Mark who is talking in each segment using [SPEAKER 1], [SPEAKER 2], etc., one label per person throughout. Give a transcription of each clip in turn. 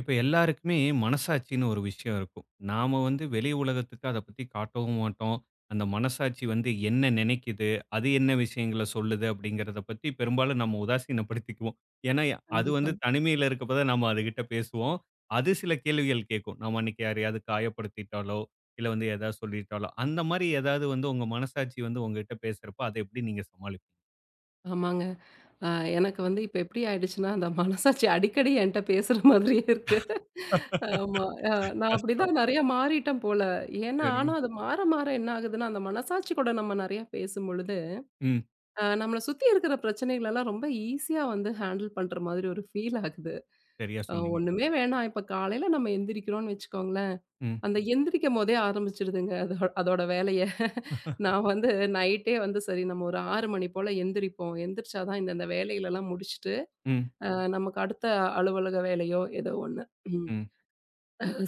[SPEAKER 1] இப்ப எல்லாருக்குமே மனசாட்சின்னு ஒரு விஷயம் இருக்கும். நாம வந்து வெளி உலகத்துக்கு அத பத்தி காட்டவும் மாட்டோம். அந்த மனசாட்சி வந்து என்ன நினைக்குது? அது என்ன விஷயங்கள சொல்லுது? அப்படிங்கிறத பத்தி பெரும்பாலும் நம்ம உதாசீனப்படுத்திக்குவோம். ஏன்னா, அது
[SPEAKER 2] கண்டிப்பா.
[SPEAKER 1] வந்து தனிமையில இருக்கப்ப தான் நம்ம அதுகிட்ட பேசுவோம். அது சில கேள்விகள் கேட்கும். நம்ம அன்னைக்கு யாரையாவது காயப்படுத்திட்டாலோ, இல்ல வந்து ஏதாவது சொல்லிட்டாலோ, அந்த மாரி ஏதாவது வந்து உங்க மனசாட்சி வந்து உங்ககிட்ட பேசுறப்ப அத எப்படி நீங்க சமாளிப்பீங்க?
[SPEAKER 2] ஆமாங்க. அ எனக்கு வந்து இப்ப எப்படி ஆயிடுச்சுன்னா, அந்த மனசாட்சி அடிக்கடி என்ட்ட பேசுற மாதிரியே இருக்கு. ஆமா. நான்
[SPEAKER 1] கஷ்டம்.
[SPEAKER 2] அப்படிதான் நெறைய மாறிட்டேன் போல. ஏன்னா,
[SPEAKER 1] சரிங்க.
[SPEAKER 2] ஆனா அது மாற மாற என்ன ஆகுதுன்னா, அந்த மனசாட்சி கூட நம்ம நெறைய பேசும்பொழுது,
[SPEAKER 1] ம்.
[SPEAKER 2] நம்மள சுத்தி இருக்கிற பிரச்சனைகள் எல்லாம் ரொம்ப ஈஸியா வந்து ஹேண்டில் பண்ற மாதிரி ஒரு ஃபீல் ஆகுது.
[SPEAKER 1] சரியா சொன்னீங்க.
[SPEAKER 2] ஒண்ணுமே வேணாம். இப்ப காலையில நம்ம எந்திரிக்கிறோம்னு வச்சுக்கோங்களேன்.
[SPEAKER 1] ம்.
[SPEAKER 2] அந்த எந்திரிக்கும் போதே ஆரம்பிச்சுடுதுங்க அதோட வேலைய. நான் வந்து நைட்டே வந்து சரி நம்ம ஒரு 6 மணி போல எந்திரிப்போம். எந்திரிச்சா தான் இந்தந்த வேலைகளெல்லாம் முடிச்சுட்டு,
[SPEAKER 1] ம்.
[SPEAKER 2] அ நமக்கு அடுத்த அலுவலக வேலையோ ஏதோ ஒண்ணு ம்
[SPEAKER 1] ம்.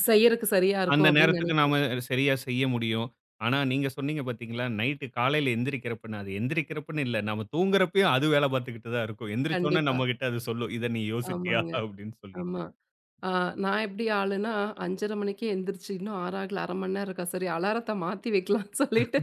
[SPEAKER 2] செய்யறக்கு சரியா
[SPEAKER 1] அந்த
[SPEAKER 2] இருக்கும் அப்படின்னு
[SPEAKER 1] நேரத்துக்கு
[SPEAKER 2] நினைப்போம்.
[SPEAKER 1] நாம சரியா செய்ய முடியும். ஆனா, நீங்க சொன்னீங்க பார்த்தீங்களா, நைட்டு காலையில எந்திரிக்கிறப்பன்னு, அது எந்திரிக்கிறப்பன்னு இல்ல. நம்ம தூங்குறப்பயும் அது வேல பார்த்துக்கிட்டு தான் இருக்கும். எந்திரிச்சோனே
[SPEAKER 2] கண்டிப்பா.
[SPEAKER 1] நம்மகிட்ட அது சொல்லும். இத நீ யோசிச்சியா?
[SPEAKER 2] ஆமாங்க.
[SPEAKER 1] அப்படின்னு சொல்லிட்டு.
[SPEAKER 2] ஆமா. ஆ நான் எப்படி ஆளுன்னா 5:30 மணிக்கே எந்திரிச்சு இன்னும் 6 ஆகல 1/2 மணி நேரம் இருக்கா, சரி அலாரத்த மாத்தி வைக்கலாம்னு சொல்லிட்டு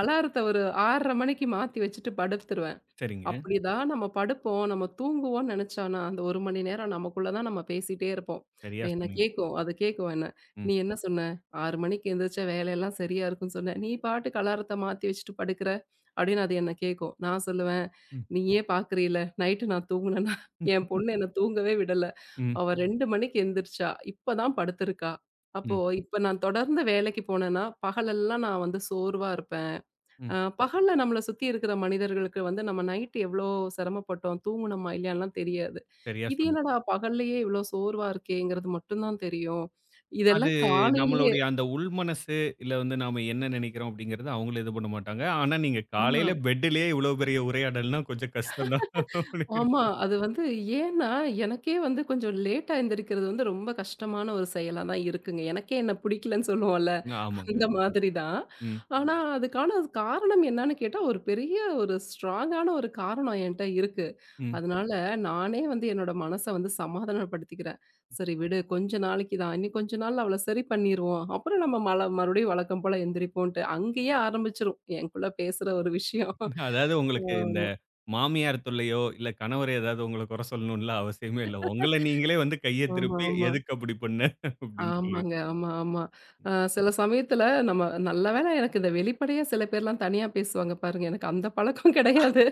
[SPEAKER 2] அலாரத்த ஒரு 6:30 மணிக்கு மாத்தி வச்சுட்டு படுத்துருவேன்.
[SPEAKER 1] சரிங்க.
[SPEAKER 2] அப்படிதான் நம்ம படுப்போம், நம்ம தூங்குவோம்ன்னு நெனச்சோன்னா, அந்த 1 மணி நேரம் நமக்குள்ள தான் நம்ம பேசிட்டே இருப்போம்.
[SPEAKER 1] சரியா
[SPEAKER 2] என்ன
[SPEAKER 1] சொன்னீங்க.
[SPEAKER 2] கேக்கும், அது கேக்கும் என்ன.
[SPEAKER 1] ம்.
[SPEAKER 2] "நீ என்ன சொன்ன? 6 மணிக்கு எந்திரிச்சா வேலையெல்லாம் சரியா இருக்கும்னு சொன்ன. நீ பாட்டுக்கு அலாரத்த மாத்தி வச்சுட்டு படுக்குற." அப்படின்னு அது என்ன கேக்கும். நான் சொல்லுவேன்,
[SPEAKER 1] ம்.
[SPEAKER 2] "நீயே பார்க்குறீல, நைட்டு நான் தூங்குனேனா,
[SPEAKER 1] ம்.
[SPEAKER 2] என் பொண்ணு என்ன தூங்கவே விடல.
[SPEAKER 1] ம்.
[SPEAKER 2] அவ 2 மணிக்கு எந்திரிச்சா, இப்ப தான் படுத்திருக்கா. அப்போ
[SPEAKER 1] ம்.
[SPEAKER 2] இப்ப நான் தொடர்ந்து வேலைக்கு போனேன்னா, பகலெல்லாம் நான் வந்து சோர்வா இருப்பேன்.
[SPEAKER 1] ம்.
[SPEAKER 2] பகல்ல நம்மள சுத்தி இருக்கிற மனிதர்களுக்கு வந்து நம்ம நைட் எவ்ளோ சிரமப்பட்டோம், தூங்குனோமா இல்லையான்லாம் தெரியாது.
[SPEAKER 1] சரியா
[SPEAKER 2] இது
[SPEAKER 1] சொன்னீங்க.
[SPEAKER 2] என்னடா பகல்லேயே இவ்ளோ சோர்வா இருக்கேங்கிறது மட்டும் தான் தெரியும்.
[SPEAKER 1] அது
[SPEAKER 2] இதெல்லாம் காலையிலேயே
[SPEAKER 1] நம்மளுடைய அந்த உள் மனசு, இல்ல வந்து நாம என்ன நினைக்கிறோம் அப்படிங்கிறது அவங்களும் இது பண்ண மாட்டாங்க. ஆனா, நீங்க
[SPEAKER 2] ஆமா,
[SPEAKER 1] காலையில பெட்டுலயே இவ்வளவு பெரிய உரையாடல்னா கொஞ்சம் கஷ்டம் தான். அப்படிங்கிற
[SPEAKER 2] ஆமா. அது வந்து ஏன்னா, எனக்கே வந்து கொஞ்சம் லேட்டா எந்திரிக்கிறது வந்து ரொம்ப கஷ்டமான ஒரு செயலா தான் இருக்குங்க. எனக்கே என்ன பிடிக்கலன்னு சொல்லுவோம்ல,
[SPEAKER 1] ஆமாங்க.
[SPEAKER 2] அந்த மாதிரி தான்.
[SPEAKER 1] ம்.
[SPEAKER 2] ஆனா, அதுக்கான காரணம் என்னன்னு கேட்டா, ஒரு பெரிய ஒரு ஸ்ட்ராங்கான ஒரு காரணம் என்ட்ட இருக்கு.
[SPEAKER 1] ம்.
[SPEAKER 2] அதனால நானே வந்து என்னோட மனச வந்து சமாதானப்படுத்திக்கிறேன். சரி விடு கொஞ்ச நாளைக்கு தான். இன்னும் கொஞ்ச நாள்ல அவள சரி பண்ணிருவோம். அப்புறம் நம்ம மறுபடியும் வழக்கம் போல எந்திரிப்போன்ட்டு. அங்கேயே ஆரம்பிச்சுரும். எனக்குள்ள பேசுற ஒரு விஷயம்.
[SPEAKER 1] அதாவது உங்களுக்கு இந்த மாமியார் தொல்லையோ, இல்ல கணவர் ஏதாவது உங்கள குறை சொல்லணும்லாம் அவசியமே இல்ல. உங்கள நீங்களே வந்து கைய
[SPEAKER 2] ஆமா,
[SPEAKER 1] திருப்பி,
[SPEAKER 2] ஆமா.
[SPEAKER 1] "எதுக்கு அப்படி பண்ண?" அப்படின்னு
[SPEAKER 2] ஆமாங்க.
[SPEAKER 1] சொல்லிட்டு.
[SPEAKER 2] ஆமா, ஆமா. சில சமயத்துல நம்ம நல்ல வேளை எனக்கு இந்த வெளிப்படையா சில பேர்லாம் தனியா பேசுவாங்க பாருங்க. எனக்கு அந்த பழக்கம் கிடையாது.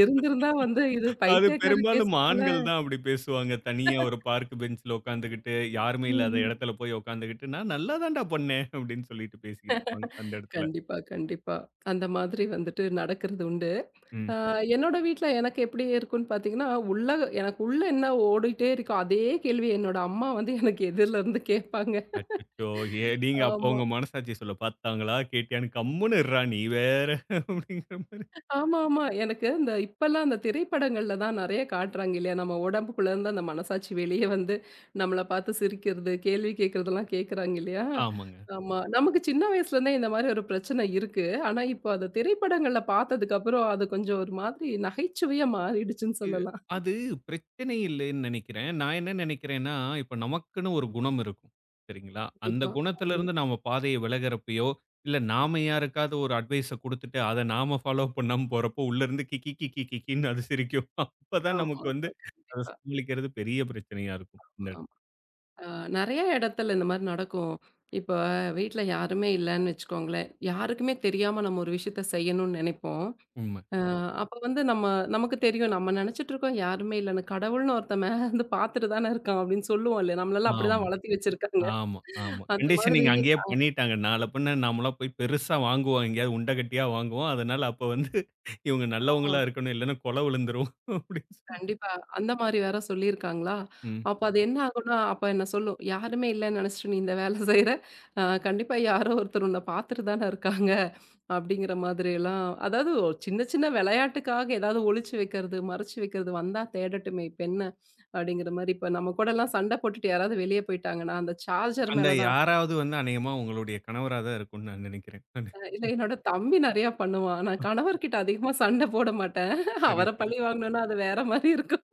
[SPEAKER 2] இருந்திருந்தா வந்து இது
[SPEAKER 1] அது
[SPEAKER 2] பைத்தியக்கார கேஸ்
[SPEAKER 1] பெரும்பாலும்
[SPEAKER 2] போல.
[SPEAKER 1] ஆண்கள் தான் அப்படி பேசுவாங்க. தனியா ஒரு பார்க் பெஞ்ச்ல உட்காந்துக்கிட்டு, யாருமே
[SPEAKER 2] ம்,
[SPEAKER 1] இல்லாத
[SPEAKER 2] ம்.
[SPEAKER 1] இடத்துல போய் உட்காந்துக்கிட்டு, "நான் நல்லா தான்டா பண்ணேன்" அப்படின்னு சொல்லிட்டு பேசிக்கிட்டு இருப்பாங்க அந்த இடத்துல.
[SPEAKER 2] கண்டிப்பா, கண்டிப்பா. அந்த மாதிரி வந்துட்டு நடக்கிறது உண்டு. ஆ,
[SPEAKER 1] ம்.
[SPEAKER 2] என்னோட வீட்ல எனக்கு எப்படி இருக்குன்னு பார்த்தீங்கன்னா, உள்ள எனக்கு உள்ள என்ன ஓடிட்டே இருக்கோ, அதே கேள்வி என்னோட அம்மா வந்து எனக்கு எதிர்ல இருந்து கேட்பாங்க.
[SPEAKER 1] அச்சச்சோ! ஏ நீங்க அப்போ
[SPEAKER 2] ஆமா.
[SPEAKER 1] உங்க மனசாட்சி சொல்லும். "பார்த்தாங்களா, கேட்டியான்னு கம்முனு இருடா நீ வேற" அப்படிங்கிற மாரி.
[SPEAKER 2] ஆமாமா. எனக்கு இந்த இப்பலாம் அந்த திரைப்படங்கள்ல தான் நெறைய காட்டுறாங்க இல்லையா? நம்ம உடம்புக்குள்ள இருந்து அந்த மனசாட்சி வெளிய வந்து நம்மள பார்த்து சிரிக்கிறது, கேள்வி கேட்கிறதெல்லாம் கேட்கறாங்க இல்லையா?
[SPEAKER 1] ஆமாங்க.
[SPEAKER 2] ஆமா. நமக்கு சின்ன வயசுல இருந்தே இந்த மாரி ஒரு பிரச்சனை இருக்கு. ஆனா, இப்போ அத திரைப்படங்கள்ல பார்த்ததுக்கு அப்புறம் அது கொஞ்சம் ஒரு மாதிரி நகைச்சுவையா மாறிடுச்சுன்னு
[SPEAKER 1] இ-
[SPEAKER 2] சொல்லலாம்.
[SPEAKER 1] அது பிரச்சனை இல்லைன்னு நினைக்கிறேன். நான் என்ன நினைக்கிறேன்னா, இப்ப நமக்குன்னு ஒரு குணம் இருக்கும். சரிங்களா? அந்த
[SPEAKER 2] கண்டிப்பா. ஆமா.
[SPEAKER 1] குணத்திலிருந்து நாம பாதைய விலகுறப்பயோ, இல்ல நாம யாருக்காவது ஒரு அட்வைஸ குடுத்துட்டு, அத நாம ஃபாலோ பண்ணாம போறப்போ, உள்ளருந்து கிக்கி கிக்கி கிக்கின்னு அது சிரிக்கும். அப்பதான் நமக்கு வந்து
[SPEAKER 2] ஆமாமா.
[SPEAKER 1] அத
[SPEAKER 2] கண்டிப்பா.
[SPEAKER 1] சமாளிக்கிறது பெரிய பிரச்சனையா இருக்கும். இந்த
[SPEAKER 2] ஆமா.
[SPEAKER 1] இடத்
[SPEAKER 2] அ நெறைய இடத்துல இந்த மாரி நடக்கும். இப்ப வீட்ல யாருமே இல்லன்னு வச்சுக்கோங்களேன். யாருக்குமே தெரியாம நம்ம ஒரு விஷயத்த செய்யணும்னு நெனைப்போம்.
[SPEAKER 1] உண்ம.
[SPEAKER 2] ஆமா. அப்ப வந்து நமக்கு தெரியும். நம்ம நெனச்சுட்டு இருக்கோம் யாருமே இல்லன்னு. கடவுள்னு ஒருத்தன் மேல வந்து பார்த்துட்டு தானே இருக்கான் அப்படின்னு சொல்லுவோம் இல்லையா? நம்மளெல்லாம் அப்படிதான்
[SPEAKER 1] ஆமா,
[SPEAKER 2] வளர்த்தி வச்சிருக்காங்க.
[SPEAKER 1] ஆமா, ஆமா.
[SPEAKER 2] அந்த மாதிரி
[SPEAKER 1] கண்டிஷனிங் அங்கேயே பண்ணிட்டாங்க. நாள பின்ன நாமலாம் போய் பெருசா வாங்குவோம். எங்கேயாவது உண்டகட்டியா வாங்குவோம். அதனால அப்ப வந்து இவங்க
[SPEAKER 2] ஆமா.
[SPEAKER 1] நல்லவங்களா இருக்கணும். இல்லன்னா கொலை விழுந்துரும். அப்படின்னு
[SPEAKER 2] கண்டிப்பா. அந்த மாரி வேற சொல்லியிருக்காங்களா?
[SPEAKER 1] ம்.
[SPEAKER 2] அப்ப அது என்ன ஆகும்னா, அப்ப என்ன சொல்லும். யாருமே இல்லன்னு நெனச்சுட்டு நீ இந்த வேல செய்ற. கண்டிப்பா யாரோ ஒருத்தர் உன்ன பாத்துட்டு தான இருக்காங்க. அப்டிங்கிற மாதிரியெல்லாம் அதாவது ஒரு சின்ன சின்ன விளையாட்டுக்காக ஏதாவது ஒளிச்சு வைக்கிறது, மறைச்சு வைக்கிறது வந்தா தேடட்டுமே இப்ப என்ன? அப்டிங்கிற மாரி இப்ப நம்ம கூடலாம் சண்ட போட்டுட்டு யாராவது வெளிய போயிட்டாங்கன்னா, அந்த சார்ஜர்
[SPEAKER 1] அந்த
[SPEAKER 2] மேல தான்
[SPEAKER 1] யாராவது வந்து அநேகமா உங்களுடைய கணவரா தான் இருக்கும்னு நான் நினைக்கிறேன்.
[SPEAKER 2] இல்ல என்னோட தம்பி நெறையா பண்ணுவான். நான் கணவர்கிட்ட அதிகமா சண்ட போட மாட்டேன்.
[SPEAKER 1] சரி,
[SPEAKER 2] அவர
[SPEAKER 1] சரி.
[SPEAKER 2] பழி வாங்கணும்னா அது வேற மாரி இருக்கும்.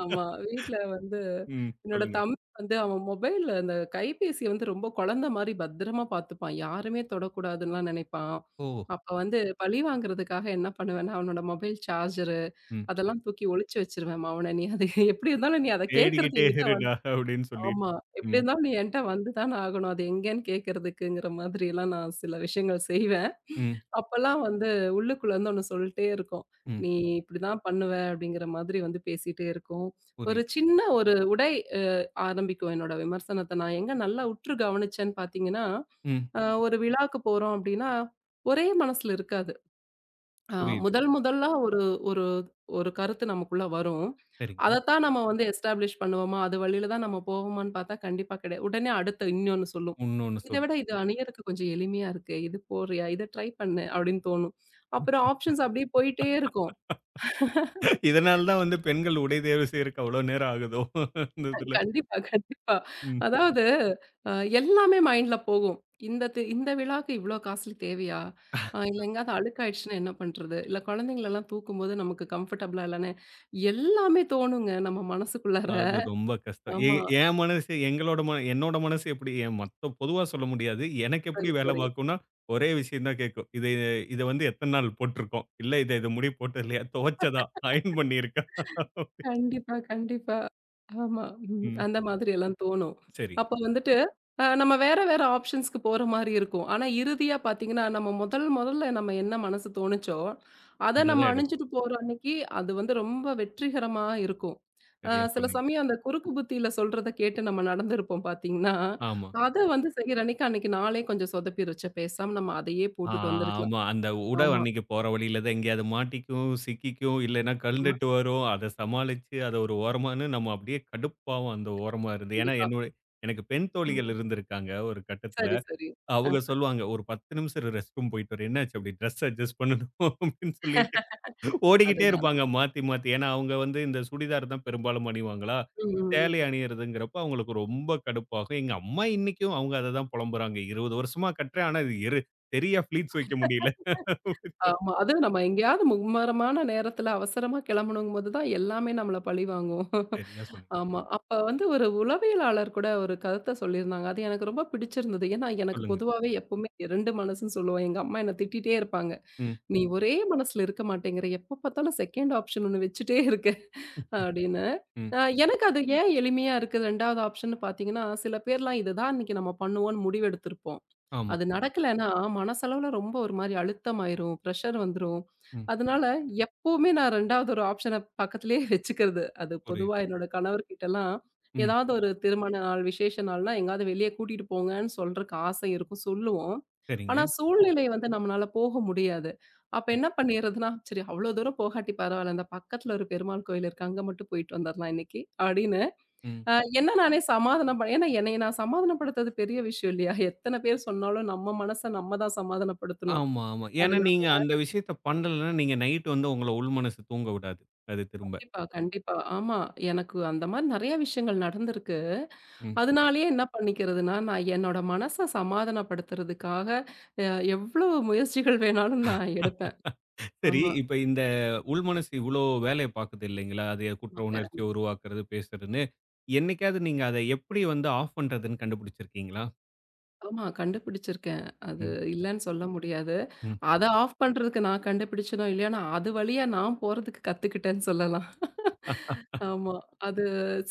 [SPEAKER 2] ஆமா. வீட்ல வந்து
[SPEAKER 1] ம்.
[SPEAKER 2] என்னோட
[SPEAKER 1] சொல்லுங்க.
[SPEAKER 2] தம்பி வந்து அவன் மொபைல்ல அந்த கைபேசிய வந்து ரொம்ப குழந்தை மாரி பத்திரமா பார்த்துப்பான். யாருமே தொடக்கூடாதுன்னுலாம் நினைப்பான்.
[SPEAKER 1] ஓ!
[SPEAKER 2] அப்ப வந்து பழி வாங்குறதுக்காக என்ன பண்ணுவேன்னா, அவனோட மொபைல் சார்ஜரு
[SPEAKER 1] ம்.
[SPEAKER 2] அதெல்லாம் தூக்கி ஒளிச்சு வச்சுருவேன். "மவனே நீ அது எப்படி இருந்தாலும் நீ அத கேட்கறது
[SPEAKER 1] தேடிக்கிட்டே
[SPEAKER 2] என்கிட்ட
[SPEAKER 1] இருடா அப்படின்னு சொல்லிட்டு.
[SPEAKER 2] ஆமா. எப்டி
[SPEAKER 1] ம்,
[SPEAKER 2] இருந்தாலும் நீ என்ட்ட வந்து தான ஆகணும். அது எங்கேன்னு கேட்கறதுக்குங்கிற மாதிரிலாம் நான் சில விஷயங்கள் செய்வேன்.
[SPEAKER 1] ம்,
[SPEAKER 2] அப்பலாம் வந்து உள்ளுக்குள்ள இருந்து ஒண்ணு சொல்ட்டே இருக்கும்.
[SPEAKER 1] ம்.
[SPEAKER 2] நீ இப்டிதான் பண்ணுவ அப்டிங்கிற மாதிரி வந்து பேசிட்டே இருக்கும். ஒரு
[SPEAKER 1] புரியுது.
[SPEAKER 2] சின்ன ஒரு உடை அ ஆரம்பிக்கும் என்னோட விமர்சனத்த. நான் எங்க நல்லா உற்று கவனிச்சேன்னு பார்த்தீங்கன்னா,
[SPEAKER 1] ம்.
[SPEAKER 2] ஒரு விழாக்கு போறோம் அப்டின்னா, ஒரே மனசுல இருக்காது. ஆ
[SPEAKER 1] புரியுது.
[SPEAKER 2] முதல் முதலா ஒரு ஒரு ஒரு கருத்து நமக்குள்ள வரும்.
[SPEAKER 1] சரிங்க.
[SPEAKER 2] அதத்தான் நம்ம வந்து எஸ்டாப்ளிஷ் பண்ணுவோமா? அது வழியில தான் நம்ம போவோமான்னு பார்த்தா கண்டிப்பா கிடையாது. உடனே அடுத்து இன்னொன்னு சொல்லும்.
[SPEAKER 1] இன்னொன்னு
[SPEAKER 2] இத
[SPEAKER 1] சொல்லு.
[SPEAKER 2] விட இது அணியறக்கு கொஞ்சம் எளிமையா இருக்கே. இது போடுறியா? இத ட்ரை பண்ணு அப்படின்னு தோணும். அப்புறம் ஆப்ஷன்ஸ் அப்படியே போயிட்டே இருக்கும்.
[SPEAKER 1] இதனால தான் வந்து பெண்கள் உடை தேர்வு செய்றக்கு அவ்வளோ நேரம் ஆகுதோ? இந்த இதுல.
[SPEAKER 2] கண்டிப்பா, கண்டிப்பா.
[SPEAKER 1] ம்.
[SPEAKER 2] அதாவது அ எல்லாமே மைண்ட்ல போகும். இந்த விழாக்கு இவ்ளோ காசுல தேவையா? இல்ல எங்கேயாவது அழுக்காயிடுச்சுன்னா என்ன பண்றது? இல்ல குழந்தைங்களலாம் தூக்கும்போது நமக்கு கம்ஃபர்டபுளா இல்லன்னு எல்லாமே தோணுங்க நம்ம மனசுக்குள்ளார.
[SPEAKER 1] அது ரொம்ப கஷ்டம்.
[SPEAKER 2] ஆமா.
[SPEAKER 1] என் மனசு எங்களோட மன என்னோட மனசு எப்படி என் மொத்த பொதுவா சொல்ல முடியாது. எனக்கு எப்படி
[SPEAKER 2] சரி,
[SPEAKER 1] வேலை
[SPEAKER 2] சரி.
[SPEAKER 1] பார்க்கும்னா, ஒரே விஷயம் தான் கேட்கும். இத இத வந்து எத்தன நாள் போட்டுருக்கோம்? இல்ல இது முடி போட்டது இல்லையா? துவைச்சதா? அயர்ன் பண்ணியிருக்கா?
[SPEAKER 2] கண்டிப்பா, கண்டிப்பா. ஆமா. ம்.
[SPEAKER 1] ம்.
[SPEAKER 2] அந்த மாதிரி எல்லாம் தோணும்.
[SPEAKER 1] சரி.
[SPEAKER 2] அப்ப வந்துட்டு, நம்ம வேற வேற ஆப்ஷன்ஸ்க்கு போற மாரி இருக்கும். ஆனா, இறுதியா பார்த்தீங்கன்னா, முதல் முதல்ல நம்ம என்ன மனசு தோணுச்சோ, அத நம்ம
[SPEAKER 1] அததான் எடுப்போம்.
[SPEAKER 2] அணிஞ்சுட்டு போற அன்னைக்கு, அது வந்து ரொம்ப வெற்றிகரமா இருக்கும்.
[SPEAKER 1] சரியா
[SPEAKER 2] சில
[SPEAKER 1] சொன்னீங்க.
[SPEAKER 2] சமயம் அந்த குறுக்கு புத்தியில சொல்றத கேட்டு நம்ம நடந்திருப்போம் பார்த்தீங்கன்னா,
[SPEAKER 1] ஆமா.
[SPEAKER 2] அத வந்து செய்ற அன்னைக்கு, அன்னைக்கு நாளே கொஞ்சம் சொதப்பி வச்ச பேசாம நம்ம அதையே போட்டுட்டு வந்திருக்கலாம்.
[SPEAKER 1] ஆமா. அந்த உடை
[SPEAKER 2] ஆமா,
[SPEAKER 1] அன்னைக்கு போற வழியில தான் எங்கேயாவது மாட்டிக்கும், சிக்கிக்கும், இல்லைன்னா
[SPEAKER 2] ஆமா.
[SPEAKER 1] கழண்டுட்டு வரும். அத சமாளிச்சு அத ஒரு ஓரமான்னு நம்ம அப்படியே கடுப்பாவும் அந்த ஓரமா இருந்து. ஏன்னா
[SPEAKER 2] கண்டிப்பா.
[SPEAKER 1] என்னோட எனக்கு பெண்
[SPEAKER 2] ம்.
[SPEAKER 1] தோழிகள் இருந்திருக்காங்க ஒரு கட்டத்துல.
[SPEAKER 2] சரி, சரி. அ.
[SPEAKER 1] அவங்க சொல்லுவாங்க, "ஒரு 10 நிமிஷம் இரு ரெஸ்ட் ரூம் போயிட்டு வரேன். என்னாச்சு?" அப்படி ட்ரெஸ் அட்ஜஸ்ட் பண்ணணும் அப்படின்னு சொல்லிட்டு ஓடிக்கிட்டே
[SPEAKER 2] அதுதான்,
[SPEAKER 1] இருப்பாங்க
[SPEAKER 2] அதுதான்.
[SPEAKER 1] மாத்தி, மாத்தி. ஏன்னா அவங்க வந்து இந்த சுடிதார் தான் பெரும்பாலும் அணிவாங்களா,
[SPEAKER 2] ம், ம்,
[SPEAKER 1] சேலை
[SPEAKER 2] ம்.
[SPEAKER 1] அணியிறதுங்கிறப்ப அவங்களுக்கு ரொம்ப கடுப்பாகும். எங்க அம்மா இன்னைக்கும் அவங்க அத தான் புலம்புறாங்க. 20 வருஷமா கட்டுறேன். ஆனா, இது எரு சரியா ஃப்ளீட்ஸ் வைக்க முடியல.
[SPEAKER 2] ஆமா. அதுவும் நம்ம எங்கேயாவது மும்மரமான நேரத்துல அவசரமா கிளம்பணுங்கும்போது தான் எல்லாமே நம்மள பழிவாங்கும்.
[SPEAKER 1] சரியா சொன்னீங்க.
[SPEAKER 2] ஆமா. அப்ப வந்து ஒரு உளவியலாளர் கூட ஒரு கருத்த சொல்லியிருந்தாங்க. அது எனக்கு ரொம்ப பிடிச்சிருந்தது. ஏன்னா, எனக்கு
[SPEAKER 1] சொல்லுங்க.
[SPEAKER 2] பொதுவாவே எப்பவுமே 2 மனசுன்னு சொல்லுவேன். எங்க அம்மா என்ன திட்டிட்டே இருப்பாங்க.
[SPEAKER 1] ம்,
[SPEAKER 2] "நீ ஒரே மனசுல இருக்க மாட்டேங்கிற. எப்ப பார்த்தாலும் செகண்ட் ஆப்ஷன் ஒண்ணு வச்சுட்டே இருக்க" அப்படின்னு.
[SPEAKER 1] ம்.
[SPEAKER 2] எனக்கு அது ஏன் எளிமையா இருக்கு 2வது ஆப்ஷன்னு பார்த்தீங்கன்னா, சில பேர்லாம் இதுதான் இன்னைக்கு நம்ம பண்ணுவோம்னு முடிவெடுத்திருப்போம்.
[SPEAKER 1] ஆமா.
[SPEAKER 2] அது நடக்கலன்னா, மனசளவுல ரொம்ப ஒரு மாரி அழுத்தமாயிரும், பிரஷர் வந்துரும்.
[SPEAKER 1] ம்.
[SPEAKER 2] அதனால எப்பவுமே நான் 2வது ஒரு ஆப்ஷன பக்கத்திலேயே வச்சுக்கிறது. அது
[SPEAKER 1] புரியுது.
[SPEAKER 2] பொதுவா என்னோட கணவர்கிட்டலாம்
[SPEAKER 1] ம்.
[SPEAKER 2] ஏதாவது ஒரு திருமண நாள், விசேஷ நாள்னா எங்கேயாவது வெளிய கூட்டிட்டு போங்கன்னு சொல்றக்கு ஆசை இருக்கும், சொல்லுவோம். ஆனா
[SPEAKER 1] சரிங்க.
[SPEAKER 2] சூழ்நிலை வந்து நம்மளால போக முடியாது. அப்ப
[SPEAKER 1] சரி.
[SPEAKER 2] என்ன பண்ணிறதுன்னா, "சரி அவ்வளோ தூரம் போகாட்டி பரவாயில்ல. இந்த பக்கத்துல ஒரு பெருமாள் கோயில் இருக்கு. அங்க மட்டும் போயிட்டு வந்துரலாம் இன்னைக்கு" அப்படின்னு
[SPEAKER 1] ம்.
[SPEAKER 2] அ என்ன நானே சமாதானம் ப ஏன்னா என்னைய நான் சமாதானப்படுத்துறது பெரிய விஷயம் இல்லையா? எத்தன பேர் சொன்னாலும் நம்ம மனச நம்ம தான் சமாதானப்படுத்தணும்.
[SPEAKER 1] ஆமா, ஆமா. ஏன்னா
[SPEAKER 2] அதனால
[SPEAKER 1] நீங்க அந்த விஷயத்த பண்ணலன்னா, நீங்க நைட் வந்து உங்கள உள்மனசு தூங்க விடாது. அது திரும்ப.
[SPEAKER 2] கண்டிப்பா, கண்டிப்பா. ஆமா. எனக்கு அந்த மாரி நெறைய விஷயங்கள் நடந்திருக்கு.
[SPEAKER 1] ம்.
[SPEAKER 2] அதனாலேயே என்ன பண்ணிக்கிறதுன்னா, நான் என்னோட மனச சமாதானப்படுத்துறதுக்காக அ எவ்ளோ முயற்சிகள் வேணாலும் நான் எடுப்பேன்.
[SPEAKER 1] சரி.
[SPEAKER 2] ஆமா.
[SPEAKER 1] இப்ப இந்த உள்மனசு இவ்ளோ வேலைய பாக்குது இல்லைங்களா? அது குற்ற உணர்ச்சிய
[SPEAKER 2] ஆமாங்க.
[SPEAKER 1] உருவாக்குறது, பேசுறதுன்னு. என்னைக்காவது நீங்க அத எப்படி வந்து ஆஃப் பண்றதுன்னு கண்டுபிடிச்சிருக்கீங்களா?
[SPEAKER 2] ஆமா கண்டுபிடிச்சிருக்கேன். அது
[SPEAKER 1] ம்,
[SPEAKER 2] இல்லன்னு சொல்ல முடியாது.
[SPEAKER 1] ம்.
[SPEAKER 2] அத ஆஃப் பண்றதுக்கு நான் கண்டுபிடிச்சனோ இல்லையோ, நான் அது வழியா நான் போறதுக்கு கத்துக்கிட்டேன்னு சொல்லலாம். ஆமா. அது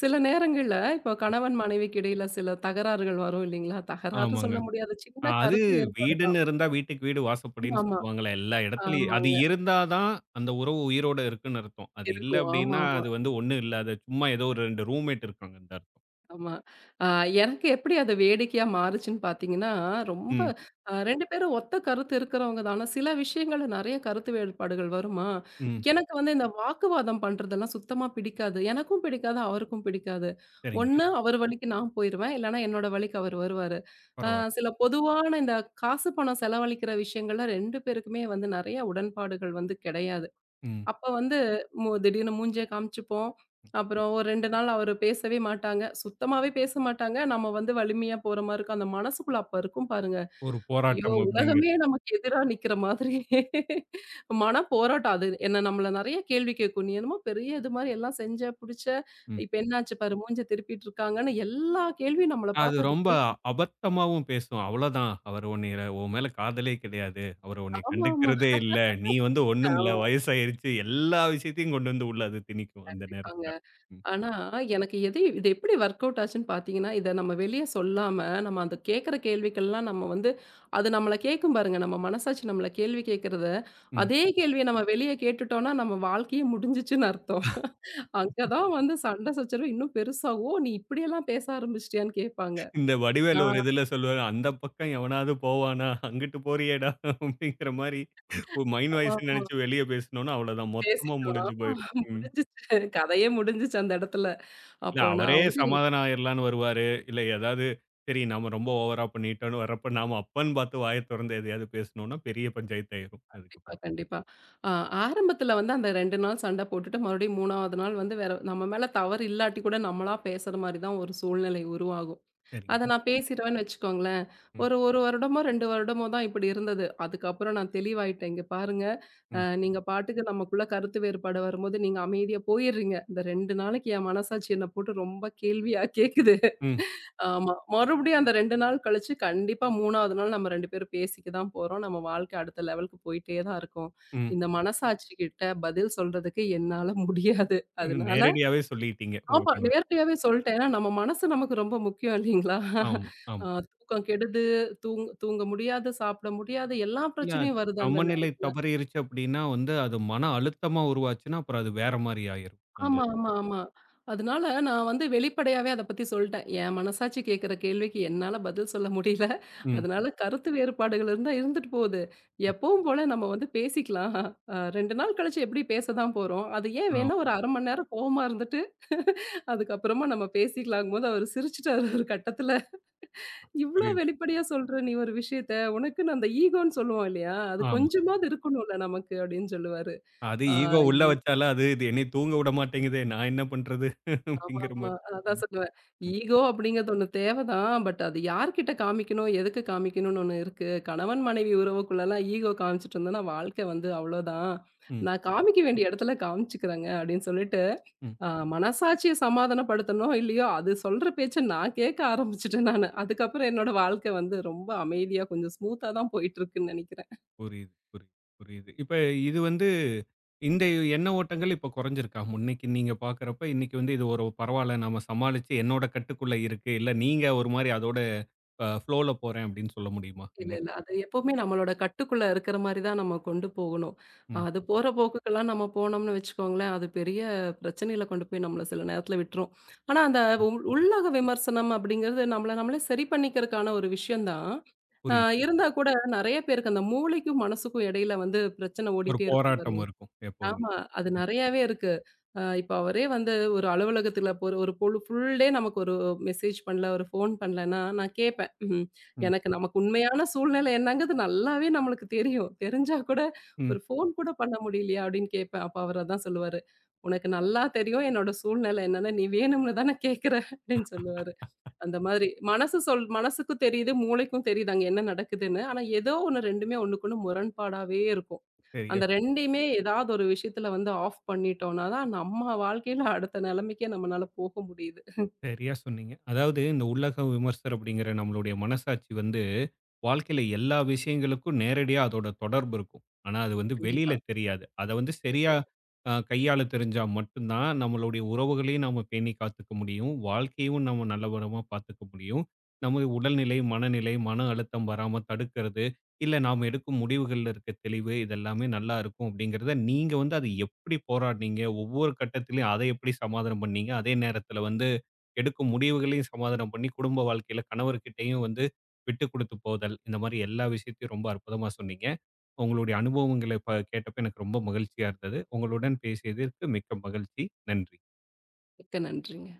[SPEAKER 2] சில நேரங்கள்ல இப்போ கணவன் மனைவிக்கு இடையில சில தகராறுகள் வரும் இல்லைங்களா? தகராறுன்னு
[SPEAKER 1] ஆமாங்க.
[SPEAKER 2] சொல்ல முடியாது.
[SPEAKER 1] ஆ,
[SPEAKER 2] சின்ன
[SPEAKER 1] அது
[SPEAKER 2] கருத்து வேறுபாடு தான்.
[SPEAKER 1] வீடுன்னு இருந்தா வீட்டுக்கு வீடு
[SPEAKER 2] ஆமா,
[SPEAKER 1] வாசப்படின்னு
[SPEAKER 2] ஆமா.
[SPEAKER 1] சொல்லுவாங்கல்ல. எல்லா இடத்துலயும். அது
[SPEAKER 2] ஆமாங்க.
[SPEAKER 1] இருந்தா தான் அந்த உறவு உயிரோட இருக்குன்னு அர்த்தம். அது இல்ல
[SPEAKER 2] இருக்கும்.
[SPEAKER 1] அப்படின்னா
[SPEAKER 2] ஆமாமா.
[SPEAKER 1] அது வந்து ஒண்ணும் இல்ல. அது சும்மா ஏதோ ஒரு 2 ரூம்மேட் இருக்காங்கன்னு தான் அர்த்தம்.
[SPEAKER 2] ஆமா. அ எனக்கு எப்படி அது வேடிக்கையா மாறுச்சுன்னு பார்த்தீங்கன்னா, ரொம்ப
[SPEAKER 1] ம்,
[SPEAKER 2] அ 2 பேரும் ஒத்த கருத்து இருக்கிறவங்க தான். ஆனா சில விஷயங்கள்ல நெறைய கருத்து வேறுபாடுகள் வருமா,
[SPEAKER 1] ம்.
[SPEAKER 2] எனக்கு வந்து இந்த வாக்குவாதம் பண்றதெல்லாம் சுத்தமா பிடிக்காது. எனக்கும் பிடிக்காது, அவருக்கும் பிடிக்காது.
[SPEAKER 1] சரிங்க.
[SPEAKER 2] ஒண்ணு அவர் வழிக்கு நான் போயிருவேன், இல்லன்னா என்னோட வழிக்கு அவர் வருவாரு. அ
[SPEAKER 1] பரவால்ல.
[SPEAKER 2] சில பொதுவான இந்த காசு பணம் செலவழிக்கிற விஷயங்கள்ல 2 பேருக்குமே வந்து நெறைய உடன்பாடுகள் வந்து கிடையாது.
[SPEAKER 1] ம்.
[SPEAKER 2] அப்ப வந்து திடீர்னு மூஞ்சிய காமிச்சுப்போம். அப்புறம் ஒரு 2 நாள் அவரு பேசவே மாட்டாங்க. சுத்தமாவே பேச மாட்டாங்க. நம்ம வந்து வலிமையா போற மாரி இருக்கும். அந்த மனசுக்குள்ள அப்ப இருக்கும் பாருங்க.
[SPEAKER 1] ஒரு
[SPEAKER 2] ஐயோ!
[SPEAKER 1] போராட்டம் அப்படிங்கிறது.
[SPEAKER 2] உலகமே நமக்கு எதிரா நிக்கிற மாதிரி மன போராட்டம் அது. என்ன நம்மள நெறைய கேள்வி கேட்கும். "நீ என்னமோ பெரிய இது மாரி எல்லாம் செஞ்ச, புடிச்ச.
[SPEAKER 1] ம்.
[SPEAKER 2] இப்ப என்னாச்சு பாரு, மூஞ்ச திருப்பிட்டு இருக்காங்கன்னு" எல்லா கேள்வியும் நம்மள
[SPEAKER 1] அது
[SPEAKER 2] பார்த்து அது
[SPEAKER 1] ரொம்ப
[SPEAKER 2] கேட்கும்.
[SPEAKER 1] அபத்தமாவும் பேசும். அவ்வளோதான். அவரு உன்னைய உன் மேல காதலே கிடையாது. அவரு உன்னைய
[SPEAKER 2] ஆமா, ஆமா.
[SPEAKER 1] கண்டுக்கிறதே இல்ல. நீ வந்து ஒண்ணுமில்ல.
[SPEAKER 2] ஆமா.
[SPEAKER 1] வயசாயிருச்சு. எல்லா விஷயத்தையும் கொண்டு வந்து உள்ள அது திணிக்கும் அந்த
[SPEAKER 2] கண்டிப்பாங்க.
[SPEAKER 1] நேரத்துல. ம்,
[SPEAKER 2] ஆனா, எனக்கு எது இது எப்படி வொர்க் அவுட் ஆச்சுன்னு பார்த்தீங்கன்னா, இத நம்ம வெளிய சொல்லாம, நம்ம அந்த கேட்கிற கேள்விக்கெல்லாம் நம்ம வந்து அது நம்மள கேட்கும் பாருங்க. நம்ம மனசாட்சி நம்மள கேள்வி கேட்கிறத,
[SPEAKER 1] ம்.
[SPEAKER 2] அதே கேள்விய நம்ம வெளிய கேட்டுட்டோம்னா, நம்ம வாழ்க்கையே முடிஞ்சுச்சுன்னு அர்த்தம். அங்க தான் வந்து சண்டை சச்சரவு இன்னும் பெருசாகும். "ஓ! நீ இப்படியெல்லாம் பேச ஆரம்பிச்சிட்டியான்னு?" கேட்பாங்க.
[SPEAKER 1] இந்த வடிவேலு ஒரு
[SPEAKER 2] நான்
[SPEAKER 1] இதுல சொல்லுவாரு, "அந்த பக்கம் எவனாவது போவானா? அங்கிட்டு போறியேடா" அப்படிங்கிற மாரி ஒரு மைண்ட்
[SPEAKER 2] ஆமா,
[SPEAKER 1] வாய்ஸ்ன்னு
[SPEAKER 2] ஆமா.
[SPEAKER 1] நெனச்சு வெளிய பேசுனோம்னா அவ்வளோதான். மொத்தமா
[SPEAKER 2] பேசிட்டோம்.
[SPEAKER 1] முடிஞ்சு
[SPEAKER 2] ஆமா
[SPEAKER 1] போயிரும். ம்.
[SPEAKER 2] முடிஞ்சுச்சு. கதையே முடிஞ்சுச்சு அந்த இடத்துல.
[SPEAKER 1] இல்ல
[SPEAKER 2] அப்போ
[SPEAKER 1] அவரே
[SPEAKER 2] நான் வந்து
[SPEAKER 1] சமாதானம் ஆயிரலாம்ன்னு வருவாரு. இல்ல ஏதாவது சரி நாம ரொம்ப ஓவரா பண்ணிட்டோம்ன்னு வர்றப்ப, நாம அப்பன்னு பார்த்து வாய தொறந்து எதையாவது பேசுனோம்னா, பெரிய பஞ்சாயத்து ஆயிரும்
[SPEAKER 2] கண்டிப்பா,
[SPEAKER 1] அதுக்கப்புறம்.
[SPEAKER 2] கண்டிப்பா. அ ஆரம்பத்துல வந்து அந்த 2 நாள் சண்டை போட்டுட்டு, மறுபடியும் 3வது நாள் வந்து வேற நம்ம மேல தவறு இல்லாட்டி கூட நம்மளா பேசுற மாரி தான் ஒரு சூழ்நிலை உருவாகும். அத
[SPEAKER 1] சரிங்க.
[SPEAKER 2] நான் பேசிருவேன்னு வச்சுக்கோங்களேன்.
[SPEAKER 1] ம்,
[SPEAKER 2] ஒரு 1 வருடமோ, 2 வருடமோ தான் இப்படி இருந்தது. அதுக்கப்புறம் நான் தெளிவாயிட்டேன். இங்க பாருங்க,
[SPEAKER 1] ம்,
[SPEAKER 2] நீங்க பாட்டுக்கு நமக்குள்ள கருத்து வேறுபாடு வரும்போது, நீங்க அமைதியா போயிர்றீங்க. இந்த 2 நாளைக்கு என் மனசாட்சி என்ன போட்டு ரொம்ப கேள்வியா கேக்குது.
[SPEAKER 1] ம்,
[SPEAKER 2] ஆமா. மறுபடியும் அந்த 2 நாள் கழிச்சு கண்டிப்பா 3வது நாள் நம்ம 2 பேரும் பேசிக்க தான் போறோம். நம்ம வாழ்க்கை அடுத்த லெவலுக்கு போயிட்டே தான் இருக்கும்.
[SPEAKER 1] ம்.
[SPEAKER 2] இந்த மனசாட்சி கிட்ட பதில் சொல்றதுக்கு என்னால முடியாது.
[SPEAKER 1] ம்,
[SPEAKER 2] அதனால
[SPEAKER 1] நேரடியாவே சொல்லிட்டீங்க உங்க
[SPEAKER 2] ஆமா
[SPEAKER 1] கணவர்.
[SPEAKER 2] நேர்லயாவே சொல்ட்டேன். ஏன்னா நம்ம மனசு நமக்கு ரொம்ப முக்கியம் இல்லைங்களா?
[SPEAKER 1] ஆமா, ஆமா.
[SPEAKER 2] தூக்கம் கெடுது, தூங்க முடியாது, சாப்பிட முடியாது எல்லா
[SPEAKER 1] இல்ல அது
[SPEAKER 2] பிரச்சனையும் வருது அந்த
[SPEAKER 1] சமநிலை தவறிருச்சு அப்படின்னா வந்து, அது மன அழுத்தமா உருவாச்சுன்னா, அப்புறம் அது வேற மாரி ஆயிரும். அந்த
[SPEAKER 2] ஆமா,
[SPEAKER 1] இது.
[SPEAKER 2] ஆமா, ஆமா. அதனால நான் வந்து வெளிப்படையாவே அத பத்தி சொல்ட்டேன். என் மனசாட்சி கேட்கிற கேள்விக்கு என்னால பதில் சொல்ல முடியல.
[SPEAKER 1] ம்.
[SPEAKER 2] அதனால கருத்து வேறுபாடுகள் இருந்தா இருந்துட்டு போகுது.
[SPEAKER 1] ம்.
[SPEAKER 2] எப்பவும் போல நம்ம வந்து பேசிக்கலாம். 2 நாள் கழிச்சு எப்படி பேச தான் போறோம். அது ஏன்
[SPEAKER 1] ஆ
[SPEAKER 2] வேணா ஒரு 1/2 மணி நேரம் கோவமா இருந்துட்டு, அதுக்கப்புறமா நம்ம பேசிக்கலாங்கும்போது அவரு சிரிச்சுட்டாரு ஒரு கட்டத்துல. "இவ்ளோ
[SPEAKER 1] புரியுது.
[SPEAKER 2] வெளிப்படையா சொல்ற நீ ஒரு விஷயத்த, உனக்குன்னு அந்த ஈகோன்னு சொல்லுவோம் இல்லையா? அது
[SPEAKER 1] ஆமா.
[SPEAKER 2] கொஞ்சமாவது இருக்கணும்ல நமக்கு" அப்படின்னு சொல்லுவாரு.
[SPEAKER 1] அது
[SPEAKER 2] ஆ
[SPEAKER 1] ஈகோ உள்ள வச்சாலும் அது இது என்னைய தூங்க விட மாட்டேங்குதே, நான் என்ன பண்றது?
[SPEAKER 2] ஆமா,
[SPEAKER 1] அப்படிங்கிற
[SPEAKER 2] ஆமா.
[SPEAKER 1] மாரி.
[SPEAKER 2] அதான்
[SPEAKER 1] ம்,
[SPEAKER 2] சொல்லுவேன்.
[SPEAKER 1] ம்,
[SPEAKER 2] ஈகோ அப்படிங்கிறது ஒண்ணு தேவைதான். பட் அது யார்கிட்ட காமிக்கணும், எதுக்கு காமிக்கணும்னு ஒண்ணு இருக்கு. கணவன் மனைவி உறவுக்குள்ளலாம் ஈகோ காமிச்சுட்டு இருந்தேன்னா, வாழ்க்கை வந்து அவ்வளோதான்.
[SPEAKER 1] ம்.
[SPEAKER 2] நான் காமிக்க வேண்டிய இடத்துல காமிச்சுக்கிறேங்க அப்படின்னு சொல்லிட்டு,
[SPEAKER 1] ம்.
[SPEAKER 2] அ மனசாட்சிய சமாதானப்படுத்தனோ இல்லையோ, அது சொல்ற பேச்ச நான் கேட்க ஆரம்பிச்சுட்டேன் நானு. அதுக்கப்புறம் என்னோட வாழ்க்கை வந்து ரொம்ப அமைதியா, கொஞ்சம் ஸ்மூத்தா தான் போயிட்டு இருக்குன்னு நெனைக்கிறேன்.
[SPEAKER 1] புரியுது, புரியுது, புரியுது. இப்ப இது வந்து இந்த எண்ண ஓட்டங்கள் இப்ப குறைஞ்சிருக்கா? முன்னைக்கு நீங்க பார்க்கிறப்ப, இன்னைக்கு வந்து இது ஒரு பரவால்ல நம்ம சமாளிச்சு என்னோட கட்டுக்குள்ள இருக்கு. இல்ல நீங்க ஒரு மாரி அதோட ஃப்ளோல போறேன் அப்படின்னு சொல்ல முடியுமா
[SPEAKER 2] இல்ல,
[SPEAKER 1] இன்னைக்கு?
[SPEAKER 2] இல்ல. அது எப்பவுமே நம்மளோட கட்டுக்குள்ள இருக்கிற மாரி தான் நம்ம கொண்டு போகணும்.
[SPEAKER 1] ம்,
[SPEAKER 2] அது போற போக்குக்கெல்லாம் நம்ம போனோம்னு வச்சுக்கோங்களேன், அது பெரிய பிரச்சனையில கொண்டு போய் நம்மள சில நேரத்துல விட்டுரும். ஆனா, அந்த
[SPEAKER 1] ம்.
[SPEAKER 2] உள்ளக விமர்சனம் அப்படிங்கிறது நம்மள நம்மளே சரி பண்ணிக்கிறதுக்கான ஒரு விஷயம் தான். ஆ
[SPEAKER 1] புரியுது.
[SPEAKER 2] இருந்தா கூட நெறைய பேருக்கு அந்த மூளைக்கும், மனசுக்கும் இடையில வந்து பிரச்சனை
[SPEAKER 1] ஒரு
[SPEAKER 2] ஓடிட்டே இருக்கும்
[SPEAKER 1] போராட்டமா
[SPEAKER 2] பாருங்க.
[SPEAKER 1] இருக்கும் எப்பவுமே.
[SPEAKER 2] ஆமா. அது நெறையாவே இருக்கு. இப்ப அவரே வந்து ஒரு அலுவலகத்துல ஒரு ஒரு பொழு ஃபுல் டே நமக்கு ஒரு மெசேஜ் பண்ணல, ஒரு ஃபோன் பண்ணலன்னா, நான் கேட்பேன். ம்.
[SPEAKER 1] ம்,
[SPEAKER 2] நமக்கு உண்மையான சூழ்நிலை என்னங்கிறது நல்லாவே நம்மளுக்கு தெரியும். தெரிஞ்சா கூட
[SPEAKER 1] ம்.
[SPEAKER 2] ஒரு ஃபோன் கூட பண்ண முடியலையா அப்படின்னு கேட்பேன். அப்ப அவர் அதான் சொல்லுவாரு. "உனக்கு நல்லா தெரியும் என்னோட சூழ்நிலை என்னன்னு. நீ வேணும்னு தானே கேட்கிற" அப்படின்னு சொல்லுவாரு. அந்த மாதிரி மனசுக்கும் தெரியுது, மூளைக்கும் தெரியுது அங்க என்ன நடக்குதுன்னு. ஆனா ஏதோ ஒண்ணு 2மே ஒண்ணுக்கு ஒண்ணு முரண்பாடாவே இருக்கும்.
[SPEAKER 1] சரி.
[SPEAKER 2] அந்த 2யுமே ஏதாவது ஒரு விஷயத்துல வந்து ஆஃப் பண்ணிட்டோம்னா தான், நம்ம வாழ்க்கையில அடுத்த நிலைமைக்கே நம்மனால போக முடியுது.
[SPEAKER 1] சரியா சொன்னீங்க. அதாவது இந்த உலக விமர்சர் அப்படிங்கிற நம்மளுடைய மனசாட்சி வந்து, வாழ்க்கையில எல்லா விஷயங்களுக்கும் நேரடியா அதோட தொடர்பு இருக்கும். ஆனா அது வந்து வெளியில
[SPEAKER 2] கண்டிப்பா
[SPEAKER 1] தெரியாது. அத வந்து சரியா
[SPEAKER 2] தெரியாது.
[SPEAKER 1] கையாள தெரிஞ்சா மட்டும் தான் நம்மளுடைய உறவுகளையும் நாம பேணி காத்துக்க முடியும். வாழ்க்கையும் நம்ம நல்லபடியா பார்த்துக்க முடியும். நமது உடல்நிலை, மனநிலை, மன அழுத்தம் வராம தடுக்கிறது, இல்ல நாம எடுக்கும் முடிவுகள்ல இருக்க தெளிவு இது எல்லாமே நல்லா இருக்கும் அப்படிங்கிறத, நீங்க வந்து அத எப்படி போராடுனீங்க? ஒவ்வொரு கட்டத்திலயும் அத எப்படி சமாதானம் பண்ணீங்க? அதே நேரத்தில வந்து எடுக்கும் முடிவுகளையும் சமாதானம் பண்ணி குடும்ப வாழ்க்கையில கணவர்கிட்டயும் வந்து விட்டு கொடுத்து போதல் இந்த மாதிரி எல்லா விஷயத்தையும் ரொம்ப அற்புதமா சொன்னீங்க. உங்களுடைய அனுபவங்களை கேட்டப்ப எனக்கு ரொம்ப மகிழ்ச்சியா இருந்தது. உங்களுடன் பேசியதற்கு மிக்க மகிழ்ச்சி. நன்றி.
[SPEAKER 2] மிக்க நன்றிங்க.